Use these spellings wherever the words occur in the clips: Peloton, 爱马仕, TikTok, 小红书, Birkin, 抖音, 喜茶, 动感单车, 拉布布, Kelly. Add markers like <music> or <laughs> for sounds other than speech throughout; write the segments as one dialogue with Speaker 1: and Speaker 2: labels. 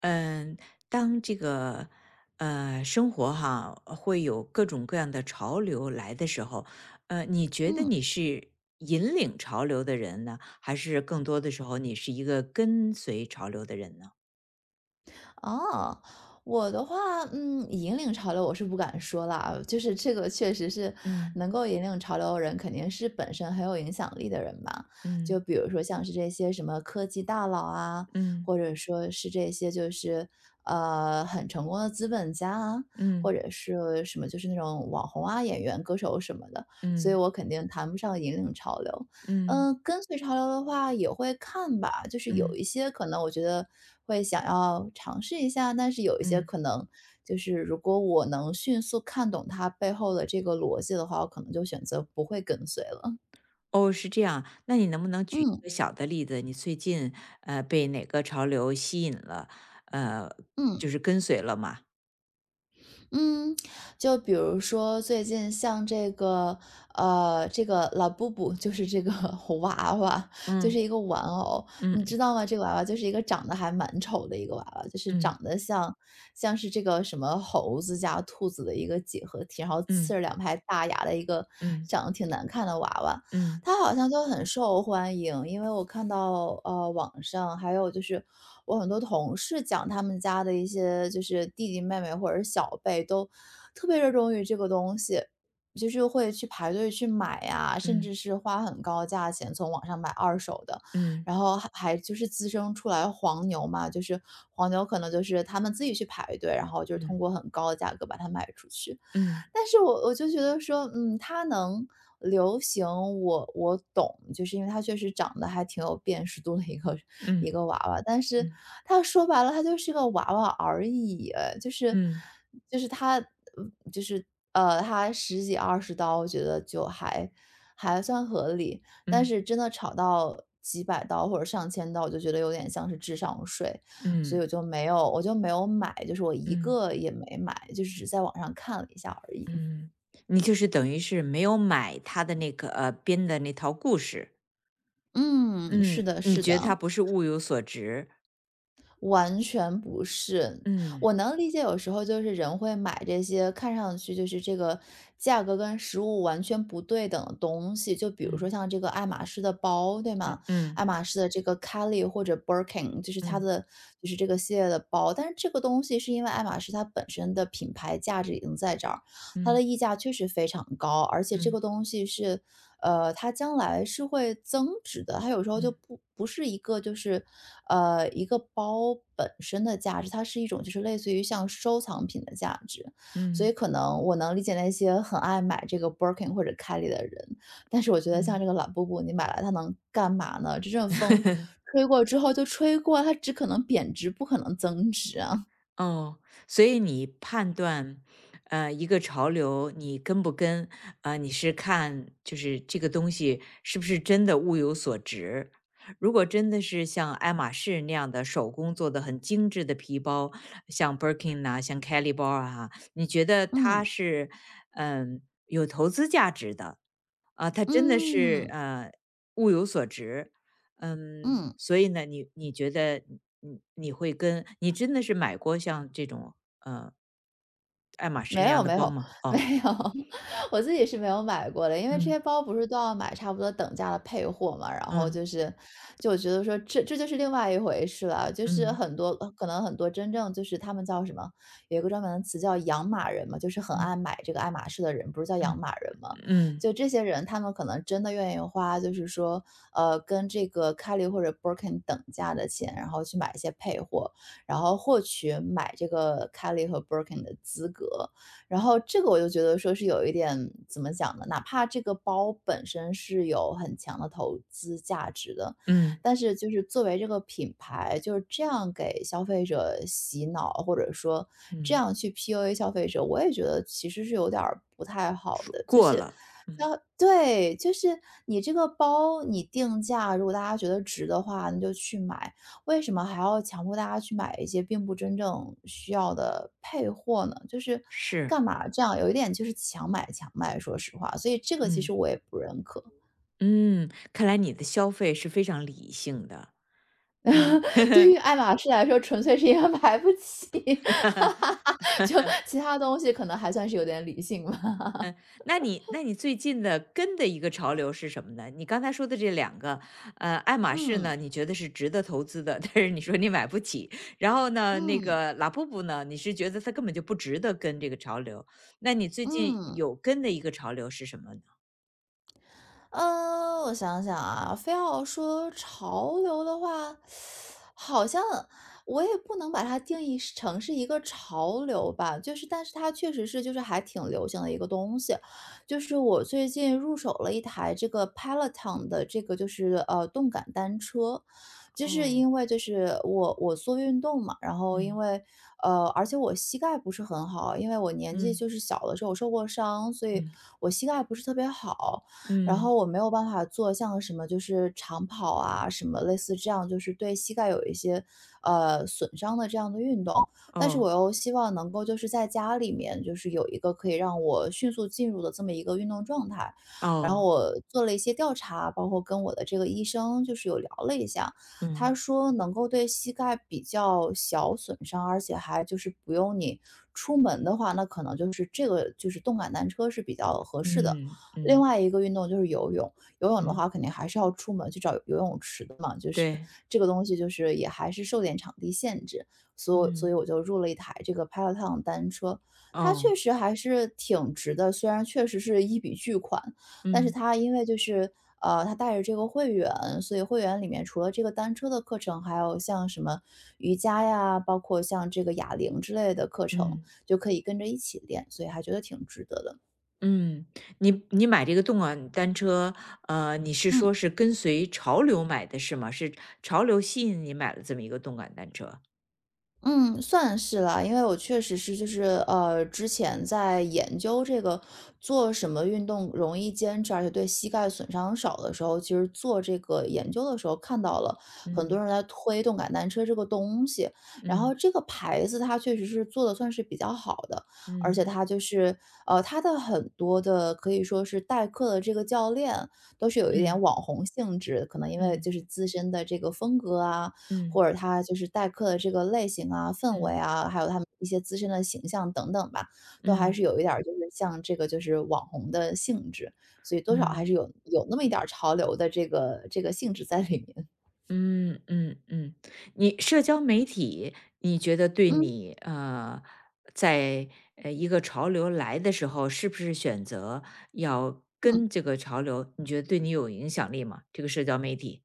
Speaker 1: 嗯，当这个生活哈会有各种各样的潮流来的时候，你觉得
Speaker 2: 嗯，
Speaker 1: 你是引领潮流的人呢，还是更多的时候你是一个跟随潮流的人呢？
Speaker 2: 哦，我的话，引领潮流我是不敢说啦，就是这个确实是
Speaker 1: 嗯。
Speaker 2: 能够引领潮流的人，肯定是本身很有影响力的人吧。就
Speaker 1: 嗯。
Speaker 2: 比如说像是这些什么科技大佬啊，
Speaker 1: 嗯。
Speaker 2: 或者说是这些就是很成功的资本家啊，或
Speaker 1: 嗯。
Speaker 2: 者是什么就是那种网红啊、演员、歌手什么的，所以
Speaker 1: 嗯。
Speaker 2: 我肯定谈不上引领潮流。
Speaker 1: 嗯。
Speaker 2: 跟随潮流的话也会看吧，就是有
Speaker 1: 嗯。
Speaker 2: 一些可能我觉得会想要尝试一下，但是有一些
Speaker 1: 嗯。
Speaker 2: 可能就是如果我能迅速看懂它背后的这个逻辑的话，我可能就选择不会跟随了。
Speaker 1: 哦，是这样，那你能不能举一
Speaker 2: 嗯
Speaker 1: 个小的例子？你最近被哪个潮流吸引了？呃，
Speaker 2: 嗯。
Speaker 1: 就是跟随了嘛？
Speaker 2: 嗯，就比如说最近像这个，这个老布布，就是这个 <laughs> 娃娃，就是
Speaker 1: 嗯。
Speaker 2: 一个玩偶，你知
Speaker 1: 嗯。
Speaker 2: 道吗？这个娃娃就是一个长得还蛮丑的一个娃娃，就是长
Speaker 1: 嗯。
Speaker 2: 得像像是这个什么猴子加兔子的一个几何体，然后刺
Speaker 1: 嗯。
Speaker 2: 着两排大牙的一个
Speaker 1: 嗯。
Speaker 2: 长得挺难看的娃娃。
Speaker 1: 嗯。
Speaker 2: 它好像就很受欢迎，因为我看到网上还有就是我很多同事讲他们家的一些就是弟弟妹妹或者是小辈都特别热衷于这个东西，就是会去排队去买呀、甚
Speaker 1: 嗯。
Speaker 2: 至是花很高价钱从网上买二手的，
Speaker 1: 嗯。
Speaker 2: 然后还就是滋生出来黄牛嘛，就是黄牛可能就是他们自己去排队，然后就是通
Speaker 1: 嗯。
Speaker 2: 过很高的价格把它卖出去。
Speaker 1: 嗯。
Speaker 2: 但是我就觉得说，它能流行，我懂，就是因为它确实长得还挺有辨识度的一个一
Speaker 1: 嗯。
Speaker 2: 个娃娃，但是
Speaker 1: 嗯。
Speaker 2: 它说白了，它就是个娃娃而已，就是
Speaker 1: 嗯。
Speaker 2: 它，就是它十几二十刀，我觉得就还算合理，但
Speaker 1: 嗯。
Speaker 2: 是真的炒到几百刀或者上千刀，我就觉得有点像是智商税，所以
Speaker 1: 嗯。
Speaker 2: 我就没有买，就是我一
Speaker 1: 嗯。
Speaker 2: 个也没买，就是只在网上看了一下而已。
Speaker 1: 嗯，你就是等于是没有买他的那个编的那套故事。
Speaker 2: 嗯，是
Speaker 1: 嗯，
Speaker 2: 的，
Speaker 1: 你
Speaker 2: 是
Speaker 1: 觉得他
Speaker 2: 的，
Speaker 1: 不是物有所值。
Speaker 2: 完全不是。
Speaker 1: 嗯。
Speaker 2: 我能理解，有时候就是人会买这些看上去就是这个价格跟实物完全不对等的东西，就比如说
Speaker 1: 嗯。
Speaker 2: 像这个爱马仕的包，对吗？
Speaker 1: 嗯。嗯。
Speaker 2: 爱马仕的这个 Kelly 或者 Birkin，就是它
Speaker 1: 嗯。
Speaker 2: 的就是这个系列的包，但是这个东西是因为爱马仕它本身的品牌价值已经在这儿了，它
Speaker 1: 嗯。
Speaker 2: 的溢价确实非常高，而且
Speaker 1: 嗯。
Speaker 2: 这个
Speaker 1: 嗯。
Speaker 2: 东西是，它将来是会增值的。它有时候就
Speaker 1: 嗯。
Speaker 2: 不是一个就是，一个包本身的价值，它是一种就是类似于像收藏品的价值。所
Speaker 1: 嗯。
Speaker 2: 以可能我能理解那些很爱买这个 Birkin 或者 Kelly 的人，但是我觉得像
Speaker 1: 嗯。
Speaker 2: 这个懒布布，你买来它能干嘛呢？这阵风吹过之后就吹过，它只可能贬值，不可能增值啊。
Speaker 1: 哦，所以你判断，一个潮流你跟不跟，你是看就是这个东西是不是真的物有所值。如果真的是像爱马仕那样的手工做的很精致的皮包，像 Birkin 啊，像 Kelly 包啊，你觉得它
Speaker 2: 嗯，
Speaker 1: 是嗯有投资价值的，啊，他真的是
Speaker 2: 嗯，
Speaker 1: 物有所值。嗯，
Speaker 2: 嗯。
Speaker 1: 所以呢，你觉得你会跟你真的是买过像这种呃爱马仕
Speaker 2: 没
Speaker 1: 那样
Speaker 2: 有
Speaker 1: 的
Speaker 2: 没
Speaker 1: 包
Speaker 2: 有
Speaker 1: 吗？
Speaker 2: <laughs> 没
Speaker 1: 哦。
Speaker 2: 有，<laughs> 我自己是没有买过的，因为这
Speaker 1: 嗯。
Speaker 2: 些包不是都要买差不多等价的配货嘛，然后
Speaker 1: 嗯。
Speaker 2: 就是，就我觉得说这就是另外一回事了，就是
Speaker 1: 嗯。
Speaker 2: 很多可能很多真正就是他们叫什么，有一个专门的词叫养马人嘛，就是很
Speaker 1: 嗯。
Speaker 2: 爱买这个爱马仕的人，不是叫养
Speaker 1: 嗯。
Speaker 2: 马人吗？
Speaker 1: 嗯。
Speaker 2: 就这些人，他们可能真的愿意花，就是说，跟这个 Kelly 或者 Birkin 等价的钱，然后去买一些配货，然后获取买这个 Kelly 和 Birkin 的资格。然后这个我就觉得说是有一点怎么讲呢？哪怕这个包本身是有很强的投资价值的，
Speaker 1: 嗯。
Speaker 2: 但是就是作为这个品牌，就是这样给消费者洗脑，或者说这
Speaker 1: 嗯，
Speaker 2: 样去 PUA 消费者，我也觉得其实是有点儿不太好的。就
Speaker 1: 过
Speaker 2: 是
Speaker 1: 了。嗯，
Speaker 2: 对，就是你这个包你定价，如果大家觉得值的话，你就去买。为什么还要强迫大家去买一些并不真正需要的配货呢？就是
Speaker 1: 是。
Speaker 2: 干嘛这样，有一点就是强买强卖，说实话，所以这个其
Speaker 1: 嗯，
Speaker 2: 实我也不认可。
Speaker 1: 嗯，看来你的消费是非常理性的。嗯。
Speaker 2: <laughs> 对于
Speaker 1: <laughs>
Speaker 2: 爱马仕来说，纯粹是因为买不起，<laughs> 就其他东西可能还算是有点理性吧。
Speaker 1: 那你最近的跟的一个潮流是什么呢？你刚才说的这两个，爱马仕
Speaker 2: 嗯
Speaker 1: 呢，你觉得是值得投资的，<laughs> 但是你说你买不起。然后呢，那
Speaker 2: 嗯
Speaker 1: 个拉布布呢，你是觉得它根本就不值得跟这个潮流。那你最近
Speaker 2: 嗯，
Speaker 1: 有跟的一个潮流是什么呢？
Speaker 2: 我想想啊，非要说潮流的话，好像我也不能把它定义是成是一个潮流吧，就是但是它确实是就是还挺流行的一个东西。就是我最近入手了一台这个 Peloton 的这个就是动感单车，就是
Speaker 1: 哦。
Speaker 2: 因为就是我做运动嘛，然后因
Speaker 1: 嗯。
Speaker 2: 为而且我膝盖不是很好，因为我年纪
Speaker 1: 嗯。
Speaker 2: 就是小的时候我受过伤，所以
Speaker 1: 嗯。
Speaker 2: 我膝盖不是特别好。然
Speaker 1: 嗯。
Speaker 2: 后我没有办法做像什么就是长跑啊，什么类似这样，就是对膝盖有一些损伤的这样的运动。但是
Speaker 1: 哦。
Speaker 2: 我又希望能够就是在家里面，就是有一个可以让我迅速进入的这么一个运动状态。然后
Speaker 1: 哦。
Speaker 2: 我做了一些调查，包括跟我的这个医生就是有聊了一下，他
Speaker 1: 嗯。
Speaker 2: 说能够对膝盖比较小损伤，而且还就是不用你出门的话，那可能就是这个就是动感单车是比较合适的。
Speaker 1: 嗯。
Speaker 2: 另
Speaker 1: 嗯。
Speaker 2: 外一个运动就是游泳，游泳的
Speaker 1: 嗯。
Speaker 2: 话肯定还是要出门去找游泳池的嘛，就是
Speaker 1: 对。
Speaker 2: 这个东西就是也还是受点场地限制，所以
Speaker 1: 嗯。
Speaker 2: 我就入了一台这个 Peloton 单车，它确
Speaker 1: 哦。
Speaker 2: 实还是挺值的，虽然确实是一笔巨款，但是
Speaker 1: 嗯。
Speaker 2: 它因为就是它带着这个会员，所以会员里面除了这个单车的课程，还有像什么瑜伽呀，包括像这个哑铃之类的课程，
Speaker 1: 嗯。
Speaker 2: 就可以跟着一起练，所以还觉得挺值得的。
Speaker 1: 嗯，你买这个动感单车，你是
Speaker 2: 嗯。
Speaker 1: 说是跟随潮流买的是吗？是潮流吸引你买了这么一个动感单车？
Speaker 2: 嗯，算是啦，因为我确实是就是之前在研究这个做什么运动容易坚持，而且对膝盖损伤少的时候，其实做这个研究的时候看到了很多
Speaker 1: 嗯。
Speaker 2: 人在推动感单车这个东西，然后
Speaker 1: 嗯。
Speaker 2: 这个牌子它确实是做的算是比较好的，而且
Speaker 1: 嗯。
Speaker 2: 它就是它的很多的可以说是代课的这个教练都是有一点
Speaker 1: 嗯。
Speaker 2: 网红性质，可能因为
Speaker 1: 嗯。
Speaker 2: 就是自身的这个风格啊，
Speaker 1: 嗯。
Speaker 2: 或者他就是代课的这个类型啊、氛围
Speaker 1: 嗯。
Speaker 2: 啊，还有他们一些自身的形象等等吧，都还
Speaker 1: 嗯。
Speaker 2: 是有一点儿就是像这个就是网红的性质，所以多少还
Speaker 1: 嗯。
Speaker 2: 是有那么一点儿潮流的这个性质在里面。
Speaker 1: 嗯。嗯。嗯，你社交媒体，你觉得对
Speaker 2: 嗯
Speaker 1: 你在一个潮流来的时候，是不是选择要
Speaker 2: 嗯。
Speaker 1: 跟这个潮流，你觉得对你有影响力吗？这个社交媒体？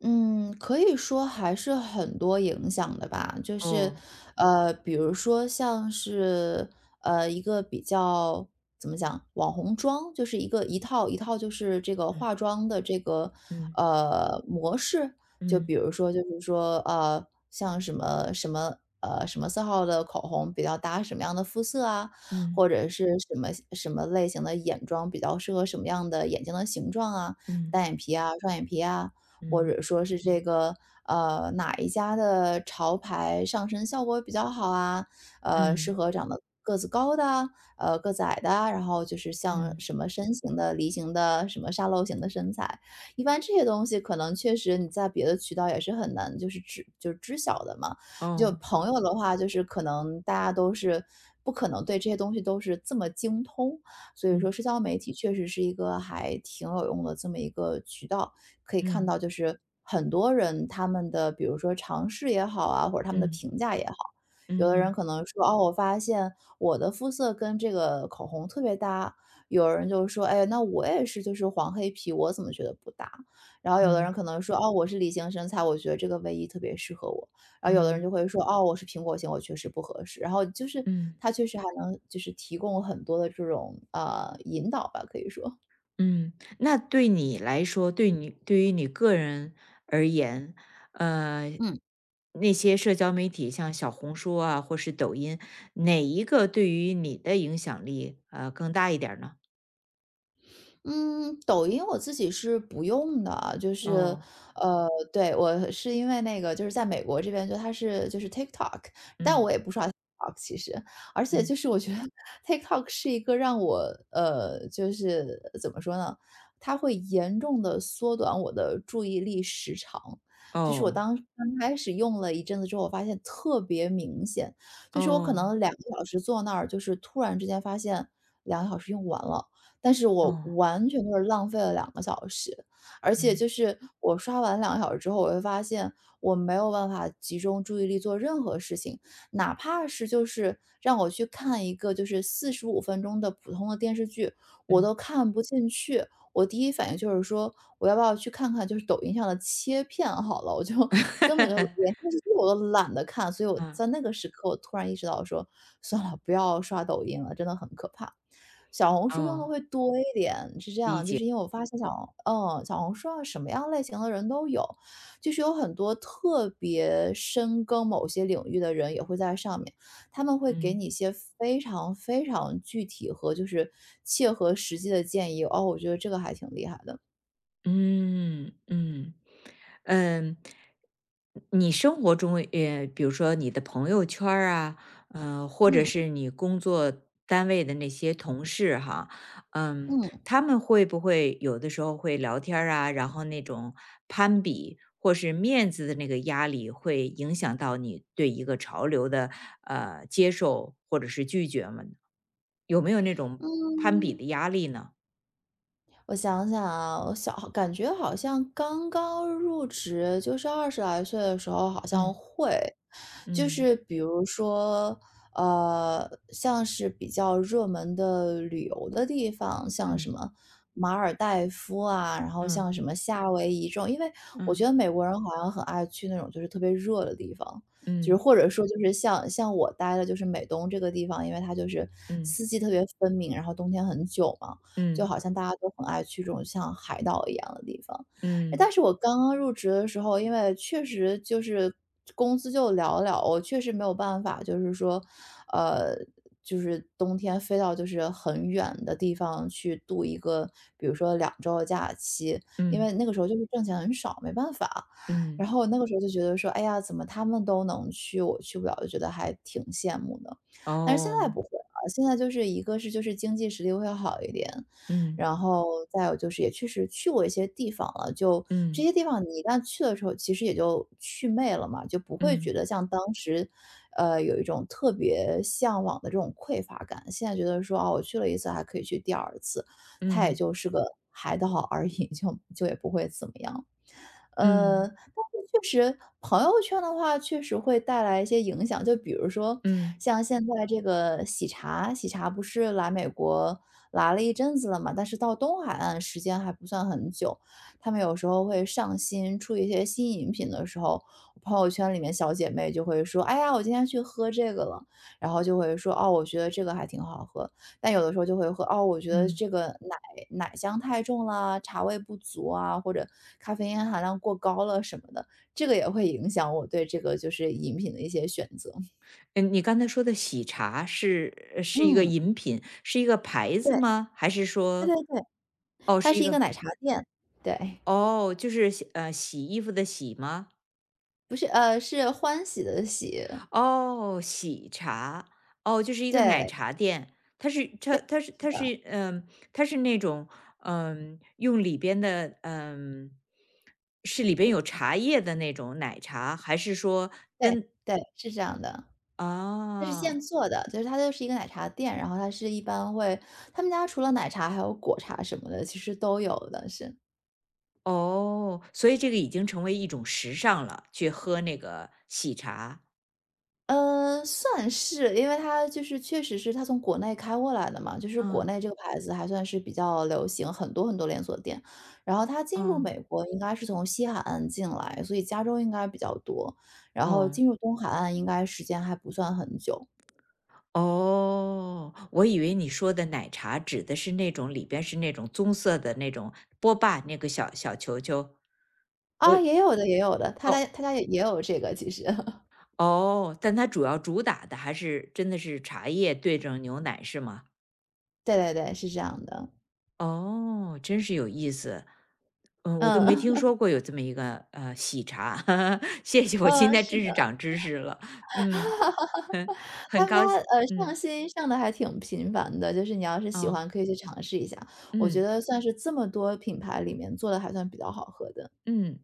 Speaker 2: 嗯，可以说还是很多影响的吧，就是，
Speaker 1: 哦。
Speaker 2: 比如说像是，一个比较怎么讲，网红妆，就是一个一套一套，就是这个
Speaker 1: 嗯。
Speaker 2: 化妆的这个
Speaker 1: 嗯。
Speaker 2: 模式，就
Speaker 1: 嗯。
Speaker 2: 比如说就是说，像什么什么什么色号的口红比较搭什么样的肤色啊，
Speaker 1: 嗯。
Speaker 2: 或者是什么什么类型的眼妆比较适合什么样的眼睛的形状啊，
Speaker 1: 嗯。
Speaker 2: 单眼皮啊，双眼皮啊。或
Speaker 1: 嗯。
Speaker 2: 者说是这个哪一家的潮牌上身效果比较好啊，适
Speaker 1: 嗯。
Speaker 2: 合长得个子高的啊，个子矮的啊，然后就是像
Speaker 1: 嗯，
Speaker 2: 什么身形的、梨形的、什么沙漏型的身材，一般这些东西可能确实你在别的渠道也是很难就是知晓的嘛。就
Speaker 1: 哦。
Speaker 2: 朋友的话，就是可能大家不可能对这些东西都是这么精通，所以说
Speaker 1: 嗯。
Speaker 2: 社交媒体确实是一个还挺有用的这么一个渠道。可以看
Speaker 1: 嗯。
Speaker 2: 到就是很多人他们的比如说尝试也好啊，或者他们的
Speaker 1: 嗯。
Speaker 2: 评价也好，有的人
Speaker 1: 嗯。
Speaker 2: 可能说：“哦，我发现我的肤色跟这个口红特别搭。”有人就说：“哎，那我也是就是黄黑皮，我怎么觉得不搭？”然后有的人
Speaker 1: 嗯。
Speaker 2: 可能说：“哦，我是梨形身材，我觉得这个卫衣特别适合我。”然后有的人
Speaker 1: 嗯。
Speaker 2: 就会说：“哦，我是苹果型，我确实不合适。”然后就是
Speaker 1: 嗯。
Speaker 2: 它确实还能就是提供很多的这种，引导吧，可以说。
Speaker 1: 嗯，那对你来说，对你对于你个人而言，呃，
Speaker 2: 嗯。
Speaker 1: 那些社交媒体像小红书啊，或是抖音，哪一个对于你的影响力更大一点儿呢？
Speaker 2: 嗯，抖音我自己是不用的，就是，
Speaker 1: 哦。
Speaker 2: 呃，对，我是因为那个就是在美国这边，就它是就是 TikTok，但我
Speaker 1: 嗯。
Speaker 2: 也不刷 TikTok 其实，而且
Speaker 1: 嗯。
Speaker 2: 就是我觉得 <laughs> TikTok 是一个让我就是怎么说呢，它会严重的缩短我的注意力时长。就是我
Speaker 1: 哦。
Speaker 2: 刚开始用了一阵子之后，我发现特别明显，就是我可
Speaker 1: 哦。
Speaker 2: 能两个小时坐那儿，就是突然之间发现两个小时用完了。但是我
Speaker 1: 哦。
Speaker 2: 完全就是浪费了两个小时。而且
Speaker 1: 嗯。
Speaker 2: 就是我刷完两个小时之后，我会发现我没有办法集中注意力做任何事情，哪怕是就是让我去看一个就是45分钟的普通的电视剧，我
Speaker 1: 嗯。
Speaker 2: 都看不进去。我第一反应就是说，我要不要去看看就是抖音上的切片好了，我就
Speaker 1: <laughs>
Speaker 2: <laughs>
Speaker 1: 哈
Speaker 2: 根
Speaker 1: 哈。
Speaker 2: 本就
Speaker 1: 嗯。
Speaker 2: 连电视剧我都懒得看。所以我
Speaker 1: 啊。
Speaker 2: 在那个时刻，我突然意识到说，算了，不要刷抖音了，真的很可怕。小红书用的
Speaker 1: 哦。
Speaker 2: 会多一点，是这样，就是因为我发现小红书上什么样类型的人都有，就是有很多特别深耕某些领域的人也会在上面，他们会给
Speaker 1: 嗯。
Speaker 2: 你一些非常非常具体和就是切合实际的建议，哦，我觉得这个还挺厉害的，
Speaker 1: 嗯。嗯。嗯，你生活中，比如说你的朋友圈儿啊，或
Speaker 2: 嗯
Speaker 1: 者
Speaker 2: 嗯
Speaker 1: 是你工作单位的那些同事哈，嗯，
Speaker 2: 嗯。
Speaker 1: 他们会不会有的时候会聊天儿啊，然后那种攀比或是面子的那个压力，会影响到你对一个潮流的接受或者是拒绝吗？有没有那种攀比的压力呢？
Speaker 2: 我想想啊，我感觉好像刚刚入职，就是20来岁的时候好像
Speaker 1: 嗯。
Speaker 2: 会。就
Speaker 1: 嗯。
Speaker 2: 是比如说，像是比较热门的旅游的地方，像什
Speaker 1: 嗯。
Speaker 2: 么马尔代夫啊，然后
Speaker 1: 嗯。
Speaker 2: 像什么夏威夷这种，因为我觉
Speaker 1: 嗯。
Speaker 2: 得美国人好像很爱去那种就是特别热的地方。就是
Speaker 1: 嗯。
Speaker 2: 或者说就是像我待的就是美东这个地方，因为它就是
Speaker 1: 嗯。
Speaker 2: 四季特别分明，然后冬天很久嘛。就
Speaker 1: 嗯。
Speaker 2: 好像大家都很爱去这种像海岛一样的地方。但
Speaker 1: 嗯。
Speaker 2: 是我刚刚入职的时候，因为确实就是工资就寥寥，我确实没有办法，就是说，呃，就是冬天飞到就是很远的地方去度一个，比如说2周的假期，因
Speaker 1: 嗯。
Speaker 2: 为那个时候就是挣钱很少，没办法。
Speaker 1: 嗯。
Speaker 2: 然后那个时候就觉得说，哎呀，怎么他们都能去，我去不了，就觉得还挺羡慕的。但是现
Speaker 1: 哦。
Speaker 2: 在不会了，现在就是一个是就是经济实力会好一点，
Speaker 1: 嗯。
Speaker 2: 然后再有就是也确实去过一些地方了，就这
Speaker 1: 嗯。
Speaker 2: 些地方你一旦去的时候，其实也就去魅了嘛，就不会觉
Speaker 1: 嗯。
Speaker 2: 得像当时，有一种特别向往的这种匮乏感。现在觉得说，啊，我去了一次还可以去第二次，它也
Speaker 1: 嗯。
Speaker 2: 就是个海岛而已，就也不会怎么样。
Speaker 1: 嗯。
Speaker 2: 但是确实朋友圈的话，确实会带来一些影响。就比如说
Speaker 1: 嗯。
Speaker 2: 像现在这个喜茶，喜茶不是来美国来了一阵子了嘛，但是到东海岸时间还不算很久。他们有时候会上新出一些新饮品的时候，朋友圈里面小姐妹就会说："哎呀，我今天去喝这个了。"然后就会说："哦，我觉得这个还挺好喝。"但有的时候就会喝，哦，我觉得
Speaker 1: 嗯。
Speaker 2: 这个奶香太重啦，茶味不足啊，或者咖啡因含量过高了什么的，这个也会影响我对这个就是饮品的一些选择。
Speaker 1: 嗯，你刚才说的喜茶是一个
Speaker 2: 嗯，
Speaker 1: 饮品，是一个牌子
Speaker 2: 对，
Speaker 1: 吗？还是
Speaker 2: 对
Speaker 1: 说
Speaker 2: 对对，
Speaker 1: 哦，
Speaker 2: 它
Speaker 1: 是一
Speaker 2: 是一
Speaker 1: 个
Speaker 2: 个奶茶店，对，
Speaker 1: 哦，就是洗洗衣服的洗吗？
Speaker 2: 不是，是欢喜的喜，
Speaker 1: 哦，喜茶，哦，就是一个奶
Speaker 2: 对，
Speaker 1: 茶店，它是它它是
Speaker 2: 是
Speaker 1: 它
Speaker 2: 的，
Speaker 1: 是嗯，它是那种，用里边的，是里边有茶叶的那种奶茶，还是说
Speaker 2: 对，
Speaker 1: 跟？
Speaker 2: 对，是这样的。它是现
Speaker 1: 啊，
Speaker 2: 做的，就是它就是一个奶茶店，然后它是一般会他们家除了奶茶还有果茶什么的，其实都有的，是。
Speaker 1: 哦，所以这个已经成为一种时尚了，去喝那个喜茶？
Speaker 2: 嗯，算是，因为它就是确实是它从国内开过来的嘛，就是国
Speaker 1: 嗯。
Speaker 2: 内这个牌子还算是比较流行，很多很多连锁店。然后它进入
Speaker 1: 嗯。
Speaker 2: 美国应该是从西海岸进来，所以加州应该比较多。然后
Speaker 1: 嗯。
Speaker 2: 进入东海岸应该时间还不算很久。
Speaker 1: 哦，我以为你说的奶茶指的是那种里边是那种棕色的那种波霸那个小小球球。我
Speaker 2: 啊，也有的也有的，他家
Speaker 1: 哦。
Speaker 2: 他家也有这个其实。<laughs>
Speaker 1: 哦，但它主要主打的还是真的是茶叶兑着牛奶是吗？
Speaker 2: 对对对，是这样的。
Speaker 1: 哦，真是有意思。嗯，我都
Speaker 2: 嗯
Speaker 1: 没听
Speaker 2: <laughs>，嗯，
Speaker 1: 说过有这么一个喜茶。<laughs> 谢谢，我现在
Speaker 2: 是
Speaker 1: 真
Speaker 2: 的。
Speaker 1: 是长知识了。嗯，很
Speaker 2: 他
Speaker 1: 很
Speaker 2: 们家，
Speaker 1: 高兴。
Speaker 2: 上
Speaker 1: 嗯。
Speaker 2: 新上的还挺频繁的，就是你要是喜
Speaker 1: 哦。
Speaker 2: 欢可以去尝试一下，我觉
Speaker 1: 嗯。
Speaker 2: 得算是这么多品牌里面做的还算比较好喝的。
Speaker 1: 嗯。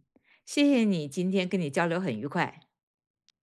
Speaker 1: 谢谢你，今天跟你交流很愉快。
Speaker 2: 嗯。